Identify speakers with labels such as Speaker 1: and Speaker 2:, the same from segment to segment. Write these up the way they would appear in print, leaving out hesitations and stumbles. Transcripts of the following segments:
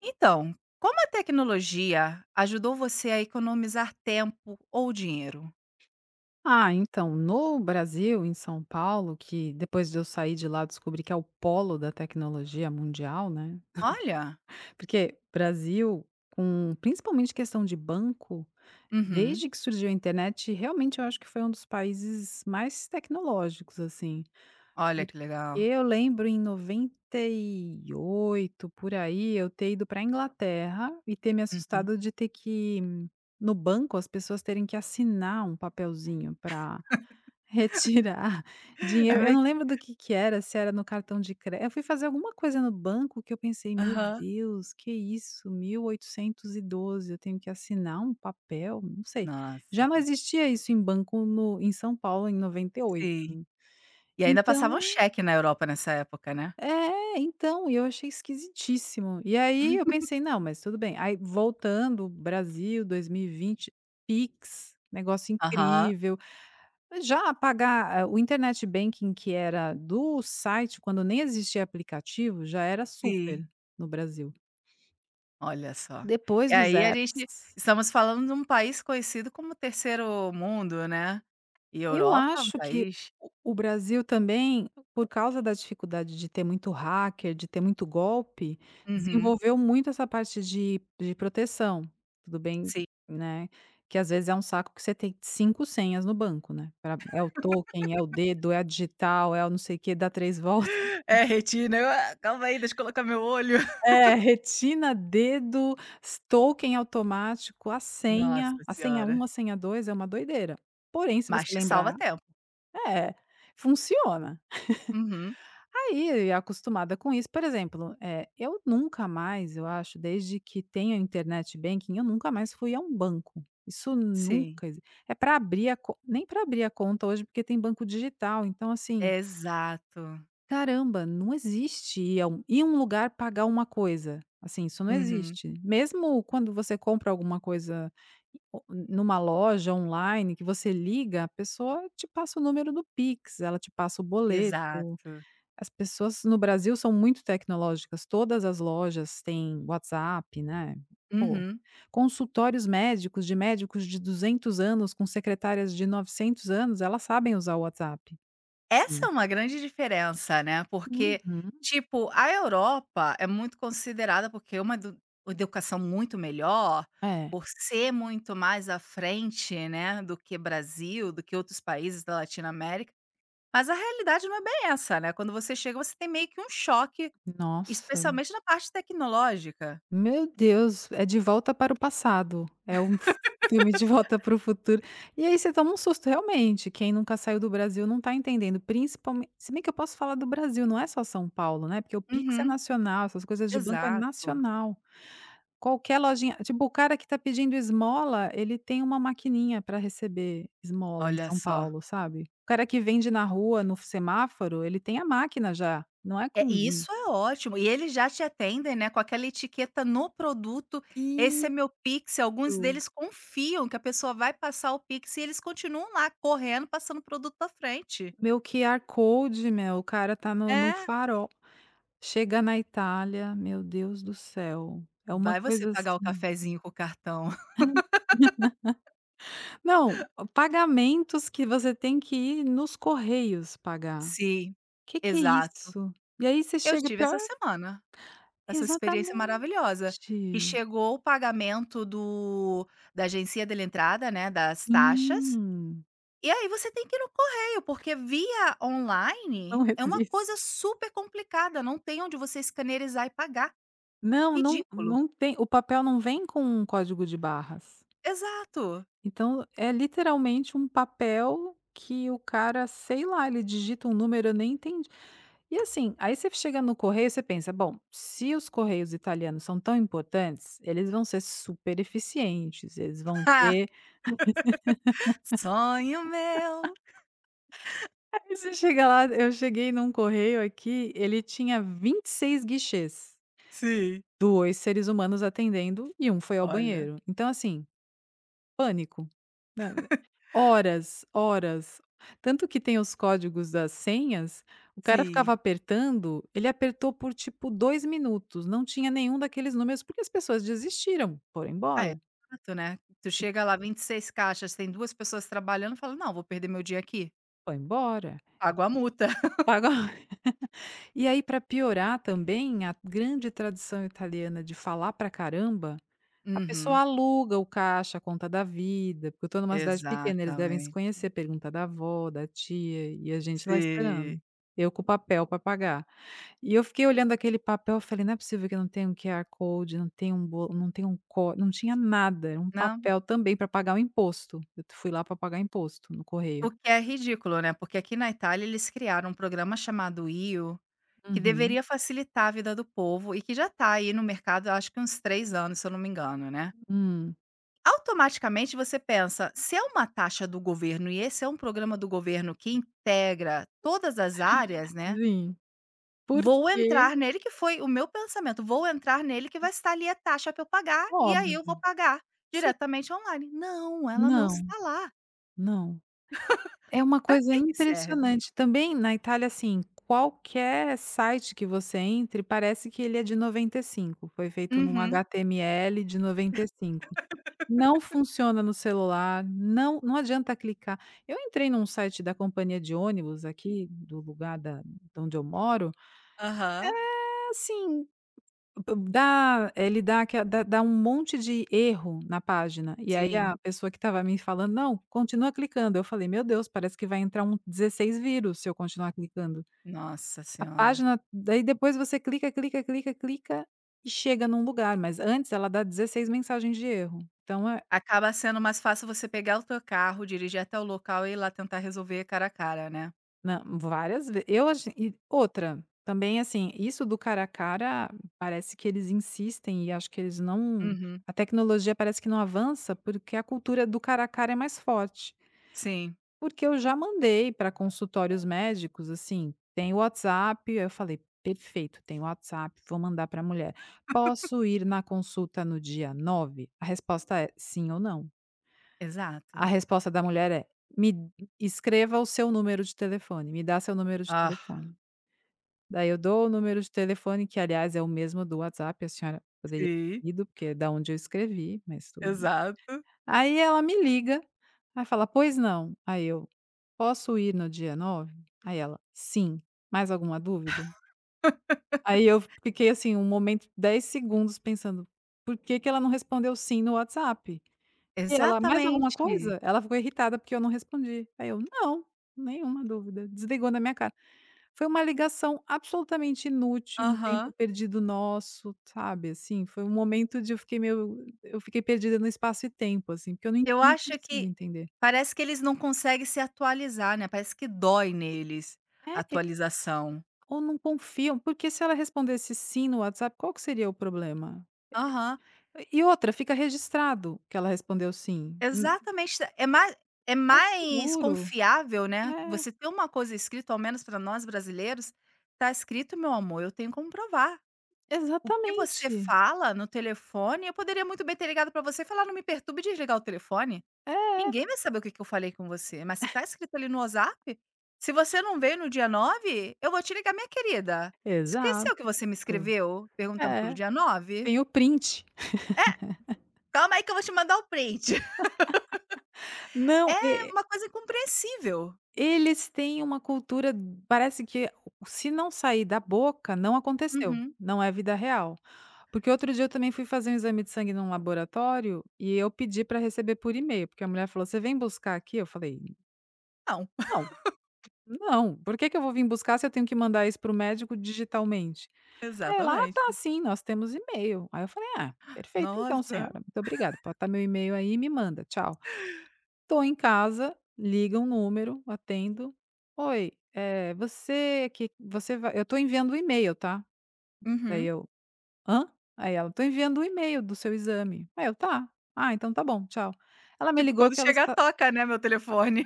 Speaker 1: Então, como a tecnologia ajudou você a economizar tempo ou dinheiro?
Speaker 2: Ah, então, no Brasil, em São Paulo, que depois de eu sair de lá descobri que é o polo da tecnologia mundial, né?
Speaker 1: Olha!
Speaker 2: Porque Brasil, com principalmente questão de banco,
Speaker 1: Uhum.
Speaker 2: desde que surgiu a internet, realmente eu acho que foi um dos países mais tecnológicos, assim.
Speaker 1: Olha
Speaker 2: Porque
Speaker 1: que legal.
Speaker 2: eu lembro em 98 por aí, eu ter ido para a Inglaterra e ter me
Speaker 1: Uhum.
Speaker 2: assustado de ter que, no banco, as pessoas terem que assinar um papelzinho para retirar
Speaker 1: É
Speaker 2: dinheiro. Eu
Speaker 1: meio
Speaker 2: não
Speaker 1: que
Speaker 2: lembro do que era, se era no cartão de crédito. Eu fui fazer alguma coisa no banco que eu pensei: "Meu
Speaker 1: aham.
Speaker 2: Deus, que isso, 1812, eu tenho que assinar um papel", não sei.
Speaker 1: Nossa.
Speaker 2: Já não existia isso em banco no em São Paulo em 98.
Speaker 1: Sim. E ainda passavam
Speaker 2: Então
Speaker 1: cheque na Europa nessa época, né?
Speaker 2: é, então, e eu achei esquisitíssimo. E aí eu pensei: "Não, mas tudo bem". Aí voltando, Brasil, 2020, Pix, negócio
Speaker 1: Aham.
Speaker 2: incrível. Já pagar, o internet banking que era do site, quando nem existia aplicativo, já era super
Speaker 1: Sim.
Speaker 2: no Brasil.
Speaker 1: Olha só. E
Speaker 2: Depois dos
Speaker 1: aí a gente
Speaker 2: apps.
Speaker 1: estamos falando de um país conhecido como terceiro mundo, né. E
Speaker 2: Eu
Speaker 1: Europa é um
Speaker 2: acho que o
Speaker 1: país.
Speaker 2: o Brasil também, por causa da dificuldade de ter muito hacker, de ter muito golpe,
Speaker 1: Uhum.
Speaker 2: desenvolveu muito essa parte de proteção. Tudo bem,
Speaker 1: Sim.
Speaker 2: né, que às vezes é um saco que você tem 5 senhas no banco, né, pra é o token, é o dedo, é a digital, é o não sei o quê, dá 3 voltas.
Speaker 1: É retina. Eu: "Ah, calma aí, deixa eu colocar meu olho".
Speaker 2: É, retina, dedo, s token automático,
Speaker 1: Nossa
Speaker 2: a senha
Speaker 1: senhora.
Speaker 2: um a senha 2 é uma doideira. Porém, se você
Speaker 1: Mas te salva
Speaker 2: lembrar
Speaker 1: tempo.
Speaker 2: é, funciona.
Speaker 1: Uhum.
Speaker 2: Aí, acostumada com isso por exemplo, é eu nunca mais, eu acho, desde que tenho internet banking, eu nunca mais fui a um banco. Isso
Speaker 1: Sim.
Speaker 2: nunca exi é para abrir a co nem para abrir a conta hoje, porque tem banco digital, então assim
Speaker 1: Exato.
Speaker 2: caramba, não existe ir a um lugar pagar uma coisa, assim, isso não
Speaker 1: Uhum.
Speaker 2: existe. Mesmo quando você compra alguma coisa o numa loja online que você liga, a pessoa te passa o número do Pix, ela te passa o boleto.
Speaker 1: Exato.
Speaker 2: As pessoas no Brasil são muito tecnológicas, todas as lojas têm WhatsApp, né. Pô,
Speaker 1: Uhum.
Speaker 2: consultórios médicos de 200 anos com secretárias de 900 anos, elas sabem usar o WhatsApp.
Speaker 1: Essa é
Speaker 2: Sim.
Speaker 1: uma grande diferença, né, porque,
Speaker 2: Uhum.
Speaker 1: tipo, a Europa é muito considerada porque é uma educação muito melhor,
Speaker 2: É.
Speaker 1: por ser muito mais à frente, né, do que Brasil, do que outros países da Latinoamérica, mas a realidade não é bem essa, né, quando você chega você tem meio que um choque,
Speaker 2: Nossa,
Speaker 1: especialmente na parte tecnológica.
Speaker 2: meu Deus, é De Volta para o Passado, é um filme De Volta para o Futuro. E aí você toma um susto realmente, quem nunca saiu do Brasil não está entendendo. Principalmente, se bem que eu posso falar do Brasil, não é só São Paulo, né, porque o Pix é
Speaker 1: Uhum.
Speaker 2: nacional, essas coisas de banco é
Speaker 1: Exato.
Speaker 2: nacional. Qualquer lojinha, tipo, o cara que está pedindo esmola, ele tem uma maquininha para receber esmola em
Speaker 1: Olha
Speaker 2: São
Speaker 1: só.
Speaker 2: Paulo, sabe. O cara que vende na rua, no semáforo, ele tem a máquina já, não é
Speaker 1: É,
Speaker 2: com
Speaker 1: e
Speaker 2: din
Speaker 1: isso é ótimo. E eles já te atendem, né, com aquela etiqueta no produto, esse é
Speaker 2: isso.
Speaker 1: meu Pix, alguns deles confiam que a pessoa vai passar o Pix e eles continuam lá correndo, passando o produto à frente.
Speaker 2: Meu QR code, meu, o cara tá no
Speaker 1: É,
Speaker 2: farol. Chega na Itália, meu Deus do céu, é uma
Speaker 1: vai você
Speaker 2: coisa
Speaker 1: pagar o
Speaker 2: assim.
Speaker 1: cafezinho com o cartão.
Speaker 2: Não, pagamentos que você tem que ir nos correios pagar.
Speaker 1: Sim,
Speaker 2: Que é
Speaker 1: exato.
Speaker 2: isso? E aí você
Speaker 1: Eu
Speaker 2: chega
Speaker 1: tive
Speaker 2: pior
Speaker 1: essa semana, essa experiência
Speaker 2: exatamente.
Speaker 1: maravilhosa, que chegou o pagamento do da agência de entrada, né, das taxas.
Speaker 2: Hum,
Speaker 1: E aí você tem que ir no correio, porque via online
Speaker 2: não
Speaker 1: é uma coisa
Speaker 2: existe.
Speaker 1: super complicada, não tem onde você escanerizar e pagar.
Speaker 2: Não, não
Speaker 1: Ridículo.
Speaker 2: não tem o papel não vem com um código de barras.
Speaker 1: Exato.
Speaker 2: Então, é literalmente um papel que o cara, sei lá, ele digita um número, eu nem entendi. E assim, aí você chega no correio, você pensa: "Bom, se os correios italianos são tão importantes, eles vão ser super eficientes, eles vão ter".
Speaker 1: Sonho meu.
Speaker 2: Aí você chega lá, eu cheguei num correio aqui, ele tinha 26 guichês,
Speaker 1: Sim.
Speaker 2: 2 seres humanos atendendo e um foi ao
Speaker 1: Olha.
Speaker 2: banheiro. Então assim, pânico. Na horas, horas. Tanto que tem os códigos das senhas, o cara
Speaker 1: Sim.
Speaker 2: ficava apertando, ele apertou por tipo 2 minutos, não tinha nenhum daqueles números, porque as pessoas desistiram, foram
Speaker 1: Ah, é
Speaker 2: embora,
Speaker 1: chato, né. Tu chega lá, 26 caixas, tem 2 pessoas trabalhando, fala: "Não, vou perder meu dia aqui?
Speaker 2: foi embora,
Speaker 1: Pago a multa".
Speaker 2: pagou. E aí para piorar também, a grande tradição italiana de falar pra caramba, a pessoa
Speaker 1: Uhum.
Speaker 2: aluga o caixa, a conta da vida, porque eu tô numa cidade pequena, eles devem se
Speaker 1: Exatamente.
Speaker 2: conhecer, pergunta da avó, da tia, e a gente lá esperando.
Speaker 1: Sim.
Speaker 2: Eu com o papel para pagar. E eu fiquei olhando aquele papel, eu falei: "Não é possível que não tenha um QR code, não tenha um bo não tenha um có", não tinha nada, era um
Speaker 1: Não,
Speaker 2: papel também para pagar o imposto. Eu fui lá para pagar imposto no correio.
Speaker 1: o que é ridículo, né, porque aqui na Itália eles criaram um programa chamado IO. Que
Speaker 2: Uhum.
Speaker 1: deveria facilitar a vida do povo e que já está aí no mercado, acho que uns 3 anos, se eu não me engano, né.
Speaker 2: Hum.
Speaker 1: Automaticamente você pensa, se é uma taxa do governo e esse é um programa do governo que integra todas as áreas, né,
Speaker 2: Sim. Por
Speaker 1: vou
Speaker 2: quê?
Speaker 1: entrar nele, que foi o meu pensamento, vou entrar nele que vai estar ali a taxa para eu pagar, e aí
Speaker 2: Óbvio.
Speaker 1: eu vou pagar
Speaker 2: Sim.
Speaker 1: diretamente online. Não, ela não
Speaker 2: Não,
Speaker 1: está lá.
Speaker 2: não. É uma
Speaker 1: Para
Speaker 2: coisa
Speaker 1: que que serve?
Speaker 2: impressionante. Também na Itália, assim, qualquer site que você entre, parece que ele é de 95, foi feito num
Speaker 1: Uhum.
Speaker 2: HTML de 95. Não funciona no celular, não adianta clicar. Eu entrei num site da companhia de ônibus aqui, do lugar da de onde eu moro,
Speaker 1: Aham.
Speaker 2: é assim dá, ele dá aque dá dá um monte de erro na página, e aí
Speaker 1: Sim.
Speaker 2: a pessoa que estava me falando: "Não, continua clicando", eu falei: "Meu Deus, parece que vai entrar um 16 vírus se eu continuar clicando".
Speaker 1: Nossa
Speaker 2: A
Speaker 1: senhora.
Speaker 2: página daí depois você clica, clica, clica, clica e chega num lugar, mas antes ela dá 16 mensagens de erro. Então é
Speaker 1: Acaba sendo mais fácil você pegar o teu carro, dirigir até o local e ir lá tentar resolver cara a cara, né.
Speaker 2: não, várias ve eu achei, e outra, também assim, isso do cara a cara, parece que eles insistem, e acho que eles não,
Speaker 1: Uhum.
Speaker 2: a tecnologia parece que não avança, porque a cultura do cara a cara é mais forte.
Speaker 1: Sim,
Speaker 2: Porque eu já mandei para consultórios médicos, assim, tem o WhatsApp, eu falei: "Perfeito, tem o WhatsApp, vou mandar para a mulher. 'Posso ir na consulta no dia 9?' A resposta é: 'Sim ou não'". A
Speaker 1: exato.
Speaker 2: resposta da mulher é: "Me escreva o seu número de telefone, me dá seu número de
Speaker 1: Ah,
Speaker 2: telefone". Daí eu dou o número de telefone, que aliás é o mesmo do WhatsApp, a senhora poderia
Speaker 1: sim,
Speaker 2: ter ido, porque é da onde eu escrevi, mas tudo bem.
Speaker 1: exato.
Speaker 2: Aí ela me liga, aí fala: "Pois não". Aí eu: "Posso ir no dia 9?" Aí ela: "Sim, mais alguma dúvida?" Aí eu fiquei assim um momento, 10 segundos pensando: "Por que que ela não respondeu 'sim' no WhatsApp?" E ela: "Mais alguma
Speaker 1: Exatamente.
Speaker 2: coisa?" Ela ficou irritada porque eu não respondi. Aí eu: "Não, nenhuma dúvida". Desligou na minha cara. Foi uma ligação absolutamente inútil, um tempo
Speaker 1: Aham.
Speaker 2: perdido nosso, sabe, assim, foi um momento de eu fiquei meio eu fiquei perdida no espaço e tempo, assim, porque eu não en
Speaker 1: Eu
Speaker 2: não
Speaker 1: acho
Speaker 2: consigo
Speaker 1: que
Speaker 2: entender.
Speaker 1: parece que eles não conseguem se atualizar, né, parece que dói neles
Speaker 2: É,
Speaker 1: a
Speaker 2: e
Speaker 1: atualização.
Speaker 2: ou não confiam, porque se ela respondesse "sim" no WhatsApp, qual que seria o problema?
Speaker 1: Aham,
Speaker 2: E outra, fica registrado que ela respondeu "sim".
Speaker 1: exatamente. É mais é
Speaker 2: Mais
Speaker 1: mais
Speaker 2: seguro.
Speaker 1: confiável, né,
Speaker 2: É,
Speaker 1: você ter uma coisa escrita, ao menos para nós brasileiros, "tá escrito, meu amor, eu tenho como provar". O que você
Speaker 2: exatamente.
Speaker 1: fala no telefone, eu poderia muito bem ter ligado pra você e falar: "Não me perturbe", e desligar o telefone.
Speaker 2: É,
Speaker 1: Ninguém vai saber o que que eu falei com você, mas se tá escrito ali no WhatsApp, se você não veio no dia 9, eu vou te ligar: "Minha querida,
Speaker 2: exato.
Speaker 1: esqueceu que você me escreveu perguntando pelo
Speaker 2: É,
Speaker 1: dia 9?
Speaker 2: tem o print.
Speaker 1: Calma aí que eu vou te mandar o print".
Speaker 2: Não,
Speaker 1: É
Speaker 2: e
Speaker 1: uma coisa incompreensível.
Speaker 2: eles têm uma cultura, parece que se não sair da boca, não aconteceu,
Speaker 1: Uhum.
Speaker 2: não é vida real. Porque outro dia eu também fui fazer um exame de sangue num laboratório e eu pedi para receber por e-mail, porque a mulher falou: "Você vem buscar aqui?" Eu falei:
Speaker 1: Não.
Speaker 2: "Não, não, por que que eu vou vir buscar se eu tenho que mandar isso para o médico digitalmente?" Aí ela: "Ah, tá
Speaker 1: Exatamente.
Speaker 2: sim, nós temos e-mail". Aí eu falei: "Ah, perfeito então
Speaker 1: Nossa.
Speaker 2: senhora, muito obrigada, pode estar meu e-mail aí e me manda, tchau". Tô em casa, liga um número, atendo: "Oi, eh, você que você vai", eu tô enviando o e-mail, tá. Daí
Speaker 1: Uhum.
Speaker 2: eu: "Hã?" Aí ela: "Tô enviando o e-mail do seu exame". Aí eu: "Tá. Ah, então tá bom, tchau". Ela me
Speaker 1: Tipo,
Speaker 2: ligou
Speaker 1: quando
Speaker 2: que ela
Speaker 1: chegar
Speaker 2: está
Speaker 1: toca, né, meu telefone.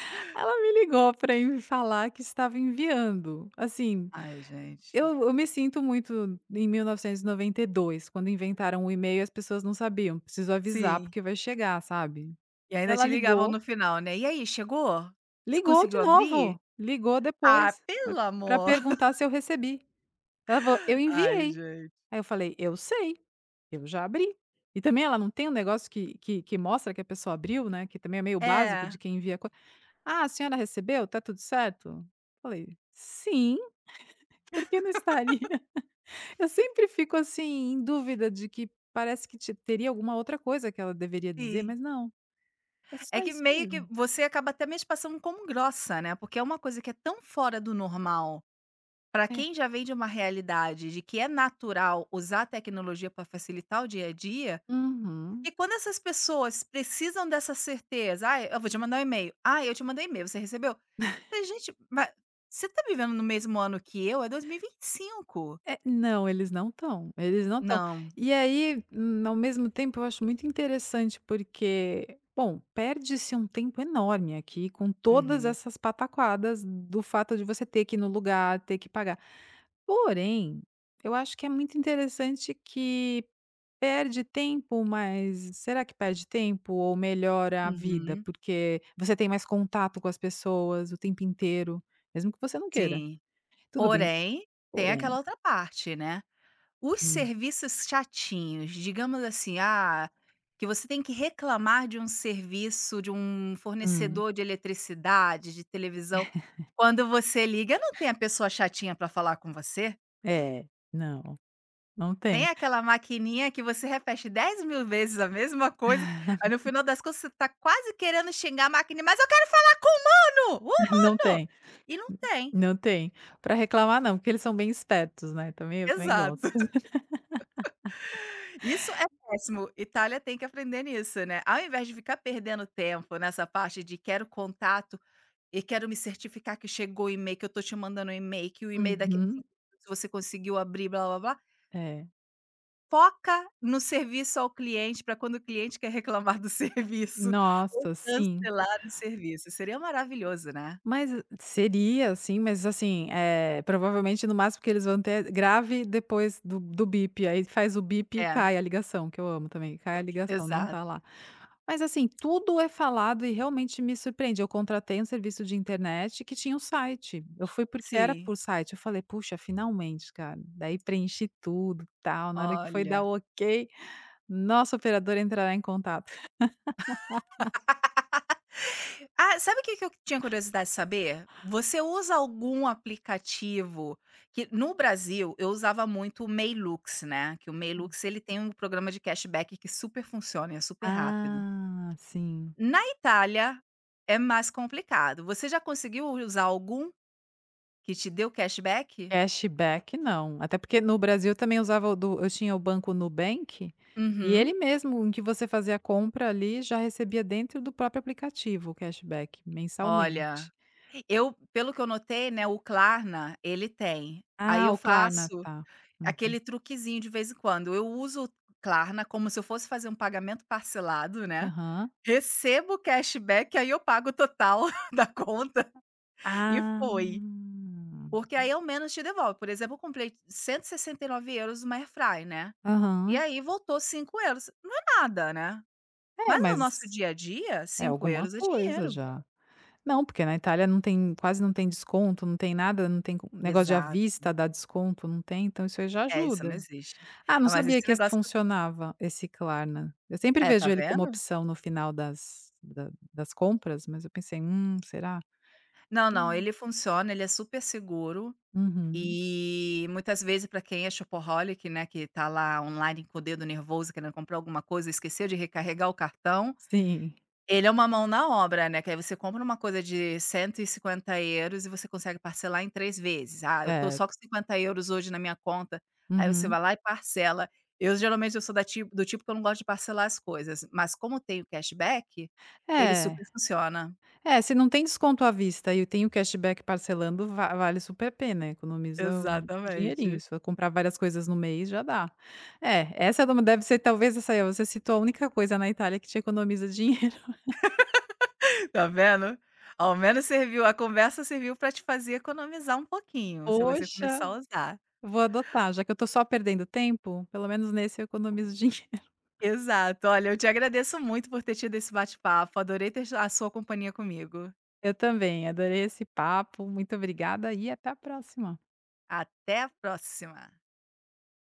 Speaker 2: ela me ligou para me falar que estava enviando. Assim,
Speaker 1: Ai, gente.
Speaker 2: eu me sinto muito em 1992, quando inventaram o e-mail e as pessoas não sabiam, preciso avisar
Speaker 1: Sim.
Speaker 2: porque vai chegar, sabe.
Speaker 1: E ainda
Speaker 2: Ela
Speaker 1: te ligavam
Speaker 2: ligou,
Speaker 1: no final, né: "E aí, chegou? Você
Speaker 2: ligou
Speaker 1: conseguiu
Speaker 2: de
Speaker 1: abrir?"
Speaker 2: novo, ligou
Speaker 1: Ah,
Speaker 2: depois pra
Speaker 1: pelo
Speaker 2: pra
Speaker 1: amor.
Speaker 2: perguntar se eu recebi. Ela falou: "Eu
Speaker 1: Ai,
Speaker 2: enviei".
Speaker 1: gente.
Speaker 2: Aí eu falei: "Eu sei, eu já abri". E também ela não tem um negócio que mostra que a pessoa abriu, né, que também é meio básico de
Speaker 1: É,
Speaker 2: quem envia coisa: "Ah, a senhora recebeu? Tá tudo certo?" Falei: "Sim, por que não estaria?" Eu sempre fico, assim, em dúvida de que parece que te teria alguma outra coisa que ela deveria dizer,
Speaker 1: sim.
Speaker 2: mas não, é só
Speaker 1: É que
Speaker 2: isso
Speaker 1: meio que
Speaker 2: mesmo.
Speaker 1: você acaba até mesmo passando como grossa, né, porque é uma coisa que é tão fora do normal, pra
Speaker 2: É.
Speaker 1: quem já vem de uma realidade de que é natural usar a tecnologia pra facilitar o dia a dia,
Speaker 2: Uhum.
Speaker 1: e quando essas pessoas precisam dessa certeza: ah, eu vou te mandar um e-mail. Ah, eu te mandei um e-mail, você recebeu? Eu falei: "Gente, ma você tá vivendo no mesmo ano que eu? É dois mil e vinte e cinco.
Speaker 2: É, não, eles não estão, eles não estão.
Speaker 1: Não.
Speaker 2: E aí, ao mesmo tempo, eu acho muito interessante, porque, bom, perde-se um tempo enorme aqui com todas
Speaker 1: Uhum.
Speaker 2: essas pataquadas do fato de você ter que ir no lugar, ter que pagar. Porém, eu acho que é muito interessante que perde tempo, mas será que perde tempo ou melhora a vida?
Speaker 1: Uhum.
Speaker 2: Porque você tem mais contato com as pessoas o tempo inteiro, mesmo que você não queira.
Speaker 1: Sim.
Speaker 2: Tudo bem,
Speaker 1: Porém, tem aquela
Speaker 2: porém.
Speaker 1: outra parte, né. Os
Speaker 2: Hum,
Speaker 1: serviços chatinhos, digamos assim, ah, que você tem que reclamar de um serviço, de um
Speaker 2: hum.
Speaker 1: fornecedor de eletricidade, de televisão. Quando você liga, não tem a pessoa chatinha para falar com você.
Speaker 2: É, não, não
Speaker 1: Tem
Speaker 2: tem,
Speaker 1: aquela maquininha que você repete 10 mil vezes a mesma coisa, aí no final das contas você tá quase querendo xingar a máquina: "Mas eu quero falar com o humano, o
Speaker 2: não
Speaker 1: humano!"
Speaker 2: tem,
Speaker 1: E não tem.
Speaker 2: não tem. Para reclamar não, porque eles são bem espertos, né, também eu também gosto.
Speaker 1: Exato. Isso é péssimo. Itália tem que aprender nisso, né. Ao invés de ficar perdendo tempo nessa parte de quero contato e quero me certificar que chegou o e-mail, que eu tô te mandando um e-mail, que o e-mail daqui a
Speaker 2: Uhum.
Speaker 1: 5 minutos você conseguiu abrir blá-blá-blá,
Speaker 2: É.
Speaker 1: foca no serviço ao cliente para quando o cliente quer reclamar do serviço ou
Speaker 2: Nossa, sim.
Speaker 1: cancelar o serviço. Seria maravilhoso, né.
Speaker 2: Mas eh, seria assim, mas assim, é provavelmente no máximo que eles vão ter é grave depois do bip, aí faz o bip e
Speaker 1: É,
Speaker 2: cai a ligação, que eu amo também, cai a ligação, não
Speaker 1: exato.
Speaker 2: tá lá. Mas assim, tudo é falado e realmente me surpreende, eu contratei um serviço de internet que tinha um site, eu fui porque era
Speaker 1: Sim,
Speaker 2: por site, eu falei: "Puxa, finalmente, cara". Daí preenchi tudo, tal, na hora que foi dar
Speaker 1: olha.
Speaker 2: o ok, nosso operador entrará em contato.
Speaker 1: Ah, sabe o que que eu tinha curiosidade de saber? Você usa algum aplicativo que no Brasil eu usava muito o Mailux, né, que o Mailux ele tem um programa de cashback que super funciona e é super rápido.
Speaker 2: Ah, sim.
Speaker 1: Na Itália é mais complicado. Você já conseguiu usar algum que te deu cashback?
Speaker 2: Cashback não, até porque no Brasil também usava o do eu tinha o banco Nubank, e
Speaker 1: Uhum.
Speaker 2: ele mesmo em que você fazia a compra ali, já recebia dentro do próprio aplicativo o cashback
Speaker 1: Olha,
Speaker 2: mensalmente.
Speaker 1: eu pelo que eu notei, né, o Klarna ele tem. Aí
Speaker 2: Ah,
Speaker 1: eu
Speaker 2: o Klarna,
Speaker 1: faço
Speaker 2: tá. Uhum.
Speaker 1: aquele truquezinho de vez em quando. Eu uso o Klarna como se eu fosse fazer um pagamento parcelado, né,
Speaker 2: Aham.
Speaker 1: recebo o cashback, aí eu pago o total da conta e
Speaker 2: Ah.
Speaker 1: foi. Porque aí ao menos te devolve. Por exemplo, eu comprei €169 uma airfryer, né, e
Speaker 2: Aham.
Speaker 1: aí voltou 5 euros. Não é nada, né,
Speaker 2: É,
Speaker 1: mas no nosso
Speaker 2: mas
Speaker 1: dia a dia,
Speaker 2: é
Speaker 1: cinco
Speaker 2: alguma
Speaker 1: euros é
Speaker 2: coisa
Speaker 1: dinheiro.
Speaker 2: já. Não, porque na Itália não tem quase não tem desconto, não tem nada, não tem co negócio de à
Speaker 1: Exato.
Speaker 2: vista dá desconto, não tem, então isso aí já
Speaker 1: É, isso não
Speaker 2: ajuda.
Speaker 1: existe.
Speaker 2: Ah, não
Speaker 1: Ah, mas
Speaker 2: sabia
Speaker 1: esse
Speaker 2: que esse
Speaker 1: negócio
Speaker 2: funcionava, esse Klarna. Eu sempre
Speaker 1: é, tá
Speaker 2: vejo ele como
Speaker 1: vendo?
Speaker 2: opção no final das da das compras, mas eu pensei: será?".
Speaker 1: Não, não,
Speaker 2: Hum.
Speaker 1: ele funciona, ele é super seguro.
Speaker 2: Uhum.
Speaker 1: E muitas vezes para quem é shopaholic, né, que tá lá online com o dedo nervoso querendo comprar alguma coisa, esqueceu de recarregar o cartão,
Speaker 2: Sim,
Speaker 1: ele é uma mão na obra, né, que aí você compra uma coisa de 150 euros e você consegue parcelar em 3 vezes. "Ah, eu tô
Speaker 2: é.
Speaker 1: só com 50 euros hoje na minha conta", aí você
Speaker 2: Uhum.
Speaker 1: vai lá e parcela. Eu geralmente eu sou da tipo do tipo que eu não gosto de parcelar as coisas, mas como tem o cashback, ele
Speaker 2: É.
Speaker 1: super funciona.
Speaker 2: É, se não tem desconto à vista e tem o cashback parcelando, va vale super a pena, economiza um dinheirinho.
Speaker 1: Exatamente.
Speaker 2: Se for comprar várias coisas no mês, já dá. É, essa não deve ser talvez essa aí. Ó, você citou a única coisa na Itália que te economiza dinheiro.
Speaker 1: Tá vendo? Ao menos serviu a conversa serviu para te fazer economizar um pouquinho, se você
Speaker 2: Poxa!
Speaker 1: começar a usar.
Speaker 2: Vou adotar, já que eu tô só perdendo tempo, pelo menos nesse eu economizo dinheiro.
Speaker 1: Exato. Olha, eu te agradeço muito por ter tido esse bate-papo, adorei ter a sua companhia comigo.
Speaker 2: Eu também, adorei esse papo, muito obrigada e até a próxima.
Speaker 1: Até a próxima.